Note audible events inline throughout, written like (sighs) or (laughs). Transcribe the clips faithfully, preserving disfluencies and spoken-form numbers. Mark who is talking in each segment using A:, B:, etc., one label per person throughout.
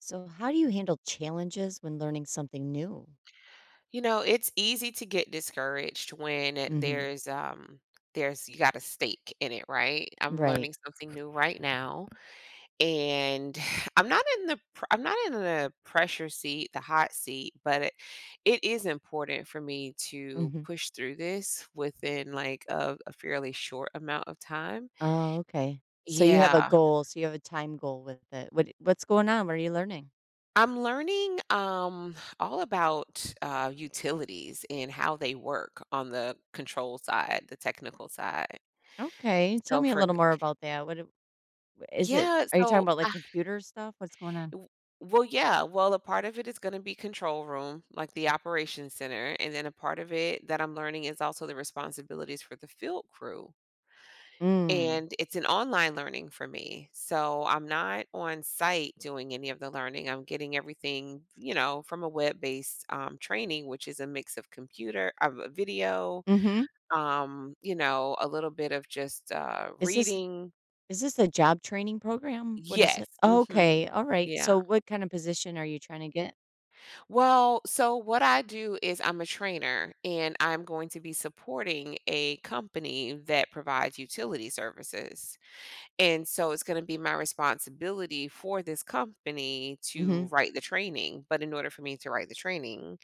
A: So, how do you handle challenges when learning something new?
B: You know, it's easy to get discouraged when
A: Hmm.
B: there's um there's you got a stake in it, right? I'm
A: Right.
B: learning something new right now and (sighs) I'm not in the pr- I'm not in the pressure seat, the hot seat, but it, it is important for me to
A: Hmm.
B: push through this within like a, a fairly short amount of time.
A: Oh, okay. So you have a
B: Yeah.
A: goal. So you have a time goal with it. What What's going on? What are you learning?
B: I'm learning um, all about uh, utilities and how they work on the control side, the technical side.
A: Okay, tell
B: So
A: me a
B: for
A: little more about that. What it- is it?
B: yeah,
A: Are you talking
B: so
A: about like
B: I
A: computer stuff? What's going on?
B: w well, yeah, well, a part of it is gonna be control room, like the operations center, and then a part of it that I'm learning is also the responsibilities for the field crew,
A: Mm.
B: and it's an online learning for me, so I'm not on site doing any of the learning, I'm getting everything, you know, from a web-based, um, training, which is a mix of computer of a video,
A: Hmm.
B: um, you know, a little bit of just, uh,
A: Is this
B: reading.
A: is this a job training program? What is it?
B: Yes, mhm,
A: Okay. All right.
B: yeah.
A: So, what kind of position are you trying to get?
B: Well, so what I do is I'm a trainer and I'm going to be supporting a company that provides utility services. And so it's going to be my responsibility for this company to write the training. But in order for me to write the training,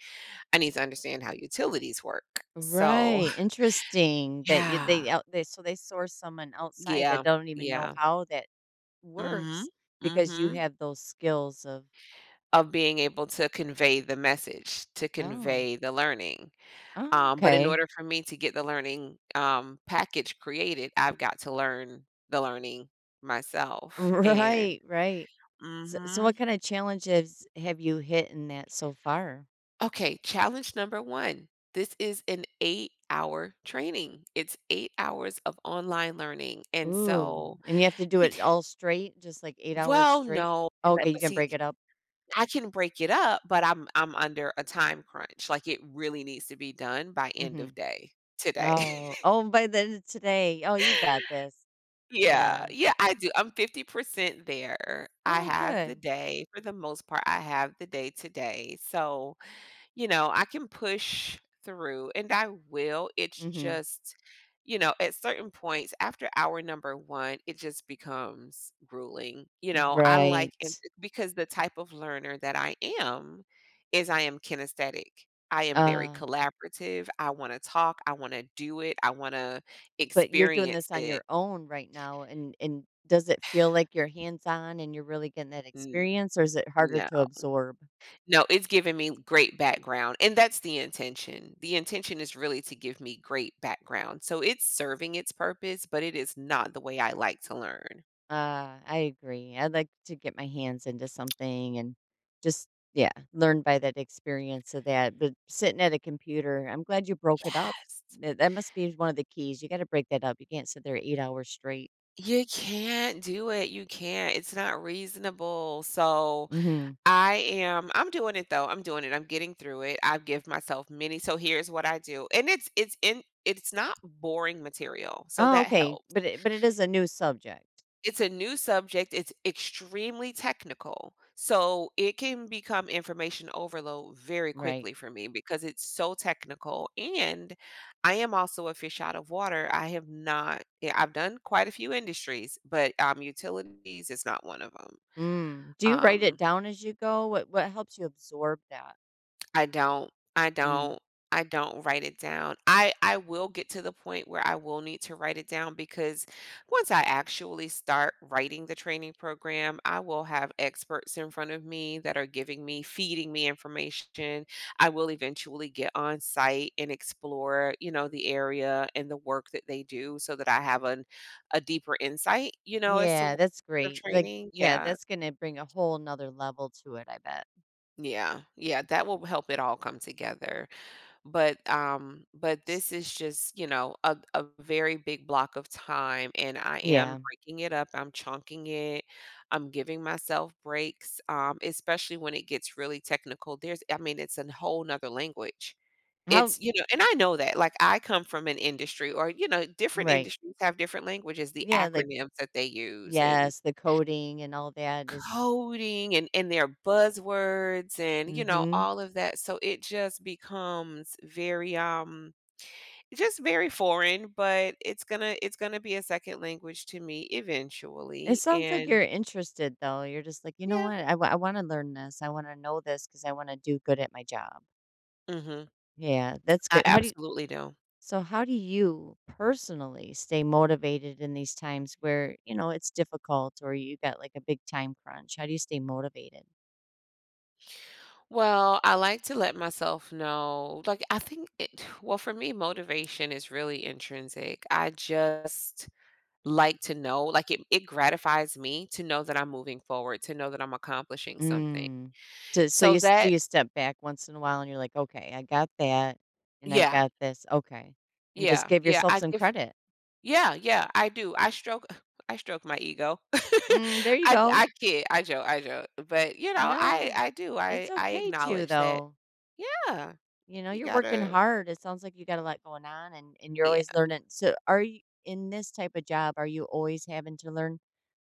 B: I need to understand how utilities work. So,
A: Right, interesting
B: (laughs)
A: that you
B: yeah,
A: they out they so they source someone outside that
B: yeah,
A: don't even know
B: yeah.
A: how that
B: Mm hmm.
A: works
B: Mm
A: because you
B: hmm.
A: have those skills of,
B: Of being able to convey the message, to
A: "Oh,
B: convey the learning.
A: oh,
B: Um, but in
A: okay."
B: order for me to get the learning, um, package created, I've got to learn the learning
A: (laughs)
B: myself, and
A: Right, right. So so
B: mhm.
A: what kinda challenges have you hit in that so far?
B: Okay, challenge number one. This is an eight-hour training. It's eight hours of online learning, and
A: Ooh,
B: so
A: and you have to do it
B: it
A: all straight, just, like, eight hours
B: well,
A: straight?
B: no,
A: Oh,
B: and
A: okay,
B: that
A: you
B: but
A: can
B: see,
A: break it up?
B: I can break it up, but I'm I'm under a time crunch, like, it really needs to be done by end of
A: Mhm.
B: day today. (laughs)
A: Oh, oh, by the end of today, oh, you got this.
B: Yeah,
A: Yeah.
B: yeah, I do. I'm fifty percent there. I
A: Oh,
B: have the
A: good.
B: day for the most part, I have the day today. So, you know, I can push through and I will. It's
A: Mhm.
B: just, you know, at certain points after hour number one, it just becomes grueling. You know, I like
A: Right.
B: and because the type of learner that I am is I am kinesthetic. I am very
A: Uh,
B: collaborative. I want to talk, I want to do it, I want to
A: but you're doing
B: experience
A: this on
B: it.
A: your own right now, and and does it feel like you're hands-on and you're really getting that experience, or is it harder
B: No,
A: to absorb?
B: no, it's giving me great background, and that's the intention. The intention is really to give me great background, so it's serving its purpose, but it is not the way I like to learn.
A: Uh, I agree. I'd like to get my hands into something and just, yeah, learn by that experience of that. But sitting at a computer, I'm glad you broke it up.
B: Yes.
A: That that must be one of the keys. You gotta break that up. You can't sit there eight hours straight.
B: You can't do it, you can't, it's not reasonable, so
A: Mhm.
B: I am I'm doing it though, I'm doing it, I'm getting through it, I've give myself many so here's what I do, and it's it's in it's not boring material, so
A: Oh,
B: that
A: okay.
B: helps.
A: But it but it is a new subject,
B: It's a new subject, it's extremely technical, so it can become information overload very
A: right?
B: quickly for me because it's so technical, and I am also a fish out of water, I have not yeah, I've done quite a few industries, but, um, utilities is not one of 'em.
A: Mm. Do you write it
B: Um
A: down as you go? What what helps you absorb that?
B: I don't. I
A: Mm.
B: don't. I don't write it down. I I will get to the point where I will need to write it down because once I actually start writing the training program, I will have experts in front of me that are giving me, feeding me information. I will eventually get on site and explore, you know, the area and the work that they do so that I have an a deeper insight, you know, as to
A: Yeah,
B: what
A: that's
B: kind of
A: great. Like,
B: training.
A: yeah,
B: Yeah.
A: that's gonna bring a whole nother level to it, I bet.
B: Yeah. Yeah, that will help it all come together. But, um but
A: S-
B: this is just, you know, a a very big block of time, and I am
A: Yeah.
B: breaking it up, I'm chunking it, I'm giving myself breaks, um, especially when it gets really technical, there's I mean, it's a whole whole 'nother language.
A: How
B: It's you know, and I know that, like, I come from an industry or, you know, different
A: Right.
B: industries have different languages, the
A: Yeah, like
B: acronyms that they use and
A: yes, the coding and all that.
B: coding and and their buzzwords and, you know,
A: Mm-hmm.
B: all of that, so it just becomes very, um just very foreign, but it's gonna it's gonna be a second language to me
A: It
B: eventually,
A: sounds like you're
B: and
A: interested though. You're just like, you know
B: yeah,
A: what? I want to learn this. I want to know this because I want to do good at my job.
B: mhm,
A: Yeah, that's
B: I
A: good. How do you
B: absolutely do.
A: So, how do you personally stay motivated in these times where, you know, it's difficult or you got like a big time crunch? How do you stay motivated?
B: Well, I like to let myself know, like, I think it (sighs) well, for me, motivation is really intrinsic. I just like to know, like, it it gratifies me to know that I'm moving forward, to know that I'm accomplishing something.
A: Mm. So, so you
B: So
A: s- do
B: that
A: you step back once in a while and you're like, okay, I got that and I
B: yeah,
A: got this. Okay. And just
B: yeah,
A: give
B: yeah,
A: yourself
B: I
A: some
B: give
A: credit.
B: yeah, yeah, I do. I stroke (laughs) I stroke my ego.
A: Mm, there
B: (laughs)
A: you
B: I
A: go.
B: I kid, I joke, I joke. But, you know, I
A: No,
B: I do.
A: it's
B: I I
A: okay too,
B: acknowledge that,
A: though.
B: yeah,
A: You know,
B: you
A: you're working
B: gotta
A: hard. It sounds like you got a lot going on and and you're
B: yeah,
A: always learning. So are you in this type of job, are you always having to learn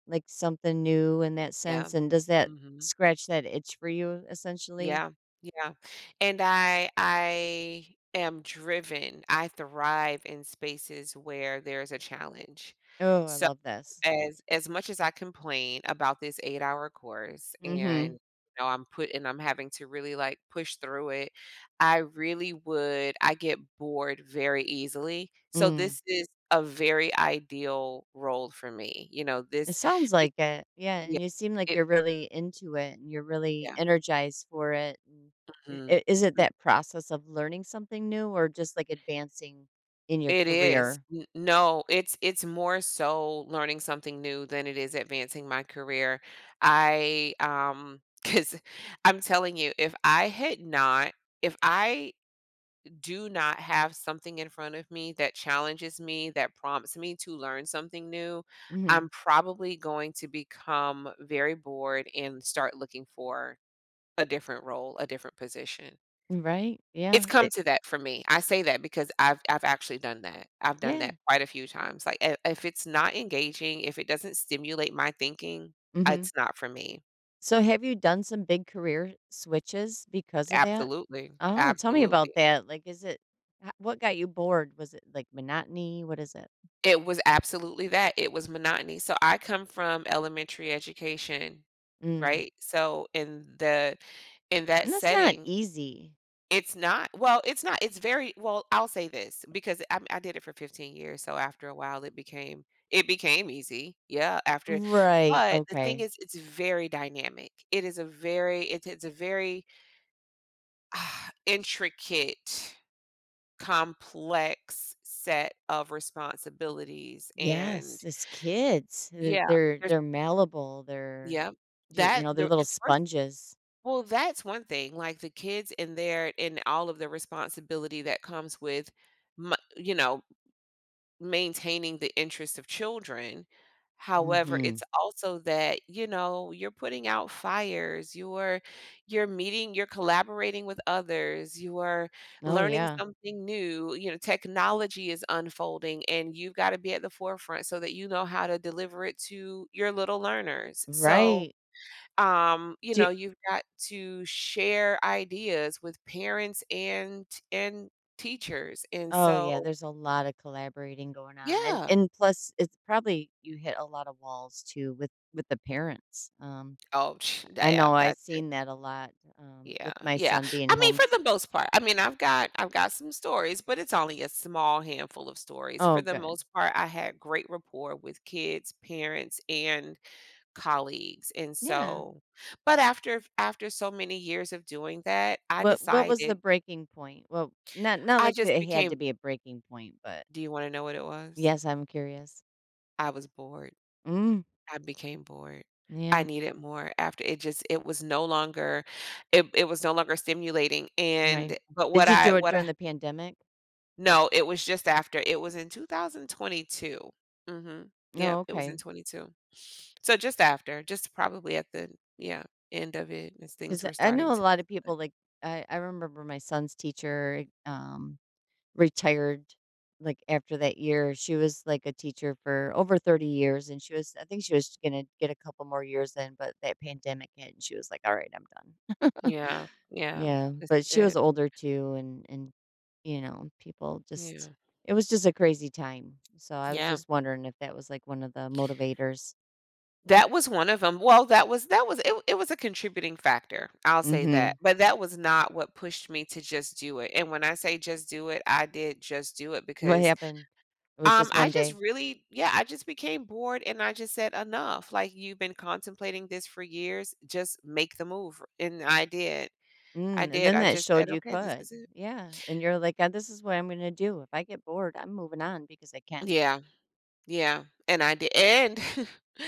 A: like something new in that
B: yeah,
A: sense? And does that
B: mhm,
A: scratch that itch for you essentially?
B: yeah, yeah. And I I am driven. I thrive in spaces where there's a challenge.
A: Oh, I love this.
B: As as much as I complain about this eight-hour course
A: mm
B: and,
A: Mhm.
B: you know, I'm put and I'm having to really, like, push through it, I really would I get bored very easily. So
A: Mm.
B: this is a very ideal role for me, you know,
A: It
B: this
A: sounds
B: be
A: like it. Yeah,
B: yeah,
A: and you seem like
B: it
A: you're really into it and you're really
B: yeah,
A: energized for it. And i-
B: mhm.
A: i- is it that process of learning something new or just like advancing in your
B: It is.
A: career?
B: N no, it's it's more so learning something new than it is advancing my career. I, because 'cause (laughs) I'm telling you, if I had not if I do not have something in front of me that challenges me, that prompts me to learn something new, I'm
A: mm
B: probably going to become very bored and start looking for a different role, a different position.
A: Mhm. Right?
B: It's
A: Yeah.
B: come
A: It,
B: to that for me. I say that because I've I've actually done that. I've done
A: yeah.
B: that quite a few times. Like, I if it's not engaging, if it doesn't stimulate my thinking,
A: Mhm.
B: it's not for me.
A: So have you done some big career switches because of that?
B: Absolutely,
A: Oh, tell me about
B: absolutely.
A: that. Like, is it h What got you bored? Was it, like, monotony? What is it?
B: It was absolutely that. It was monotony. So I come from elementary education,
A: Mm.
B: right? So in the in that
A: And that's not
B: setting,
A: easy.
B: it's not. Well, it's not. It's very well, I'll say this because I I did it for fifteen years, so after a while it became it became easy. Yeah, after
A: Right,
B: but the thing
A: okay.
B: is it's very dynamic. It is a very it's it's a very ah, intricate, complex set of responsibilities and
A: Yes, it's kids. Th
B: yeah,
A: They're
B: there's
A: they're malleable, they're
B: yeah.
A: y you
B: That
A: know, they're
B: there
A: little
B: is first
A: sponges.
B: well, that's one thing. Like the kids and their and all of the responsibility that comes with mo- you know maintaining the interest of children. However,
A: Mhm.
B: it's also that, you know, you're putting out fires, you're you're meeting, you're collaborating with others, you are
A: Oh,
B: learning
A: yeah.
B: something new, you know, technology is unfolding and you've got to be at the forefront so that you know how to deliver it to your little learners. So,
A: Right.
B: um, you
A: Do
B: know, you've got to share ideas with parents and and teachers. And
A: Oh yeah,
B: so,
A: there's a lot of collaborating going on, and
B: yeah.
A: and plus it's probably you hit a lot of walls too with with the parents. Um,
B: Oh, sh-
A: I
B: yeah,
A: know I've
B: that's it.
A: seen that a lot um,
B: Yeah,
A: with my
B: yeah.
A: son being
B: I mean, for
A: homes.
B: the most part, I mean, I've got I've got some stories, but it's only a small handful of stories.
A: Oh,
B: For the
A: good,
B: most part, I had great rapport with kids, parents, and colleagues. And
A: yeah.
B: so, but after after so many years of doing that, I
A: What what was the
B: decided
A: breaking point? Well, not not
B: I
A: like
B: just
A: it had to
B: became,
A: be a breaking point, but
B: do you want to know what it was?
A: yes, I'm curious.
B: I was bored.
A: Mm,
B: I became bored. I
A: yeah,
B: needed more after it just it was no longer it it was no longer stimulating
A: right.
B: and but what
A: Did you
B: I
A: do it
B: what
A: during
B: I
A: the pandemic?
B: no, it was just after. It was in two thousand twenty-two. Mhm. Yep,
A: No,
B: it was
A: okay,
B: in twenty-two. So just after, just probably at the yeah, end of it as
A: because
B: things were
A: I know
B: starting
A: a
B: to
A: lot of people like I I remember my son's teacher. Um, retired, like, after that year. She was, like, a teacher for over thirty years, and she was I think she was gonna get a couple more years in, but that pandemic hit, and she was like, "Alright, I'm done." (laughs)
B: yeah, yeah.
A: Yeah,
B: This
A: but
B: is
A: she was
B: it.
A: older too, and and, you know, people just
B: Yeah.
A: it was just a crazy time. So, I was
B: Yeah.
A: just wondering if that was, like, one of the motivators.
B: That was one of them. Well, that was that was it it was a contributing factor, I'll say that,
A: Mhm.
B: but that was not what pushed me to just do it, and when I say just do it, I did just do it
A: What
B: because,
A: happened? It was
B: um,
A: just
B: I
A: one
B: just
A: day?
B: really yeah, I just became bored and I just said, "Enough, like, you've been contemplating this for years, just make the move," and I did. I
A: Mm, and
B: did,
A: then
B: I
A: that
B: just said,
A: showed you
B: "Okay, this
A: could.
B: is it."
A: Yeah, and you're like, "Uh, this is what I'm gonna do. If I get bored, I'm moving on because I can."
B: Yeah. Yeah, and I did and (laughs)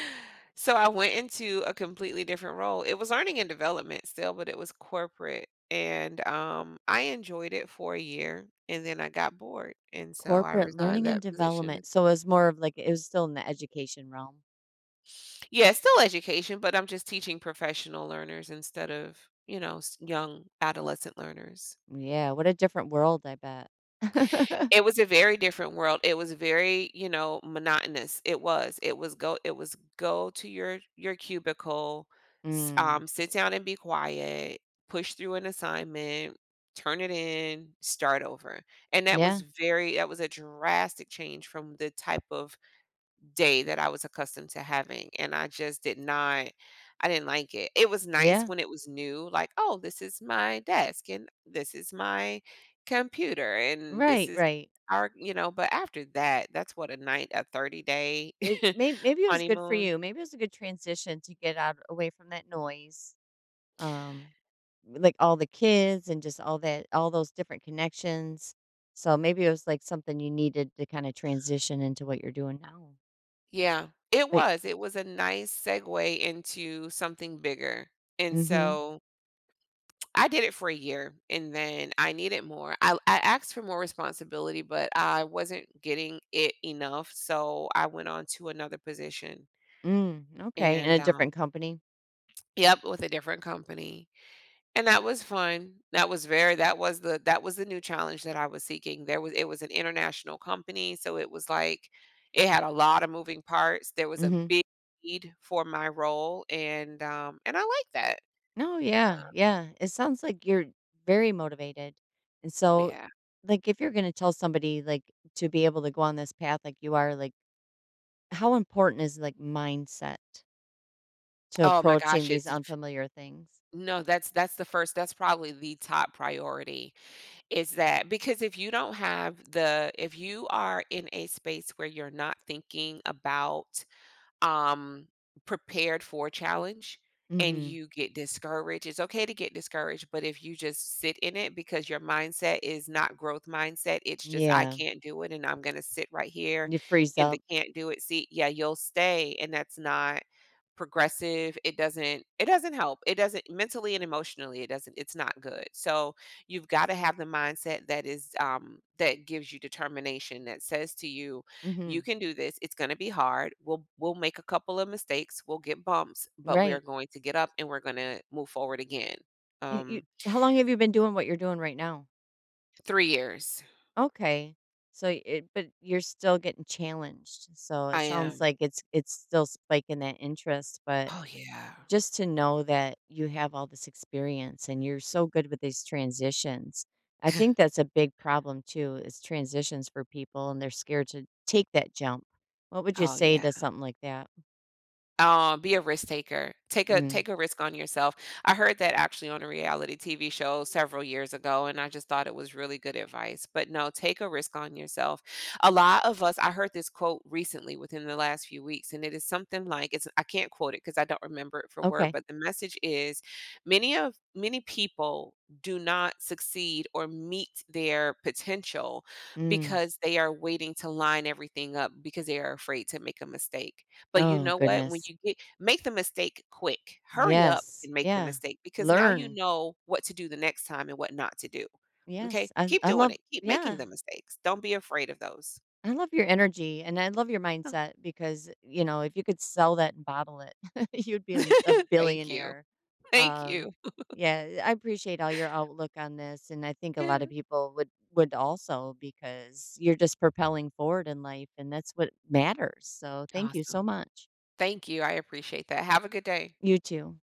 B: so I went into a completely different role. It was learning and development still, but it was corporate, and, um, I enjoyed it for a year, and then I got bored, and so I
A: Corporate
B: resigned
A: learning and
B: that position.
A: development. So it was more of like it was still in the education realm.
B: Yeah, it's still education, but I'm just teaching professional learners instead of, you know, s young adolescent learners.
A: Yeah, what a different world, I bet. (laughs)
B: It was a very different world. It was very, you know, monotonous. It was. It was go it was go to your your cubicle, s
A: Mm.
B: um, sit down and be quiet, push through an assignment, turn it in, start over, and that was
A: Yeah,
B: very that was a drastic change from the type of day that I was accustomed to having, and I just did not I didn't like it. It was nice
A: yeah.
B: when it was new, like, "Oh, this is my desk, and this is my computer, and this
A: Right,
B: is
A: right.
B: our" you know, but after that, that's what a night a thirty-day
A: It
B: (laughs)
A: may Maybe it was good for
B: honeymoon.
A: you. Maybe it was a good transition to get out away from that noise. Um, like, all the kids and just all that all those different connections. So, maybe it was, like, something you needed to kinda transition into what you're doing now.
B: Yeah. It
A: But
B: was. It was a nice segue into something bigger,
A: mm
B: and
A: mhm.
B: so I did it for a year and then I needed more. I I asked for more responsibility, but I wasn't getting it enough, so I went on to another position
A: Mm, okay, in a
B: and,
A: different
B: um
A: company.
B: yep, with a different company, and that was fun. That was very that was the that was the new challenge that I was seeking. There was it was an international company, so it was like it had a lot of moving parts. There was
A: mm
B: a
A: Mhm.
B: big need for my role and, um, and I like that.
A: No, yeah, yeah. It sounds like you're very motivated. And so,
B: Yeah.
A: like, if you're gonna tell somebody, like, to be able to go on this path like you are, like, how important is, like, mindset to
B: Oh my
A: approaching
B: gosh,
A: these
B: it's
A: unfamiliar things?
B: no, that's that's the first that's probably the top priority is that because if you don't have the if you are in a space where you're not thinking about um prepared for challenge
A: mm
B: and
A: Mhm.
B: you get discouraged, it's okay to get discouraged, but if you just sit in it because your mindset is not growth mindset, it's just I
A: Yeah.
B: can't do it and I'm going to sit right here
A: You freeze
B: in the
A: up.
B: can't do it seat. Yeah, you'll stay and that's not progressive it doesn't it doesn't help it doesn't mentally and emotionally it doesn't it's not good so you've got to have the mindset that is um that gives you determination that says to you you
A: Mhm.
B: can do this it's going to be hard we'll we'll make a couple of mistakes we'll get bumps but we are
A: Right.
B: going to get up and we're going to move forward again
A: And you
B: um
A: How long have you been doing what you're doing right now?
B: three years
A: Okay. So it But you're still getting challenged. So it
B: I
A: sounds
B: am
A: like it's it's still spiking that interest, but
B: oh yeah
A: just to know that you have all this experience and you're so good with these transitions. I think that's a big problem too is transitions for people and they're scared to take that jump. What would you
B: oh
A: say
B: yeah.
A: to something like that?
B: Um, be a risk taker. Take a
A: Mm.
B: take a risk on yourself. I heard that actually on a reality T V show several years ago, and I just thought it was really good advice. But no, take a risk on yourself. A lot of us, I heard this quote recently within the last few weeks, and it is something like it's I can't quote it because I don't remember it for word,
A: Okay.
B: but the message is many of many people do not succeed or meet their potential
A: Mm.
B: because they are waiting to line everything up because they are afraid to make a mistake. But you
A: Oh
B: know what? When
A: goodness.
B: you get make the mistake quick. Hurry up
A: Yes.
B: and make the
A: Yeah.
B: mistake because now you
A: Learn
B: know what to do the next time and what not to do. Okay?
A: Yes, I
B: Keep
A: I
B: doing
A: love
B: it. Keep making
A: yeah,
B: the mistakes. Don't be afraid of those.
A: I love your energy and I love your
B: Oh.
A: mindset because, you know, if you could sell that and bottle it, (laughs) you'd be a, a
B: (laughs) Thank you.
A: billionaire.
B: Thank
A: Um,
B: you.
A: yeah, I appreciate all your outlook on this, and I think a lot of
B: (laughs)
A: people would would also because you're just propelling forward in life, and that's what matters. So, thank you so
B: Awesome.
A: much.
B: Thank you. I appreciate that. Have a good day.
A: You too.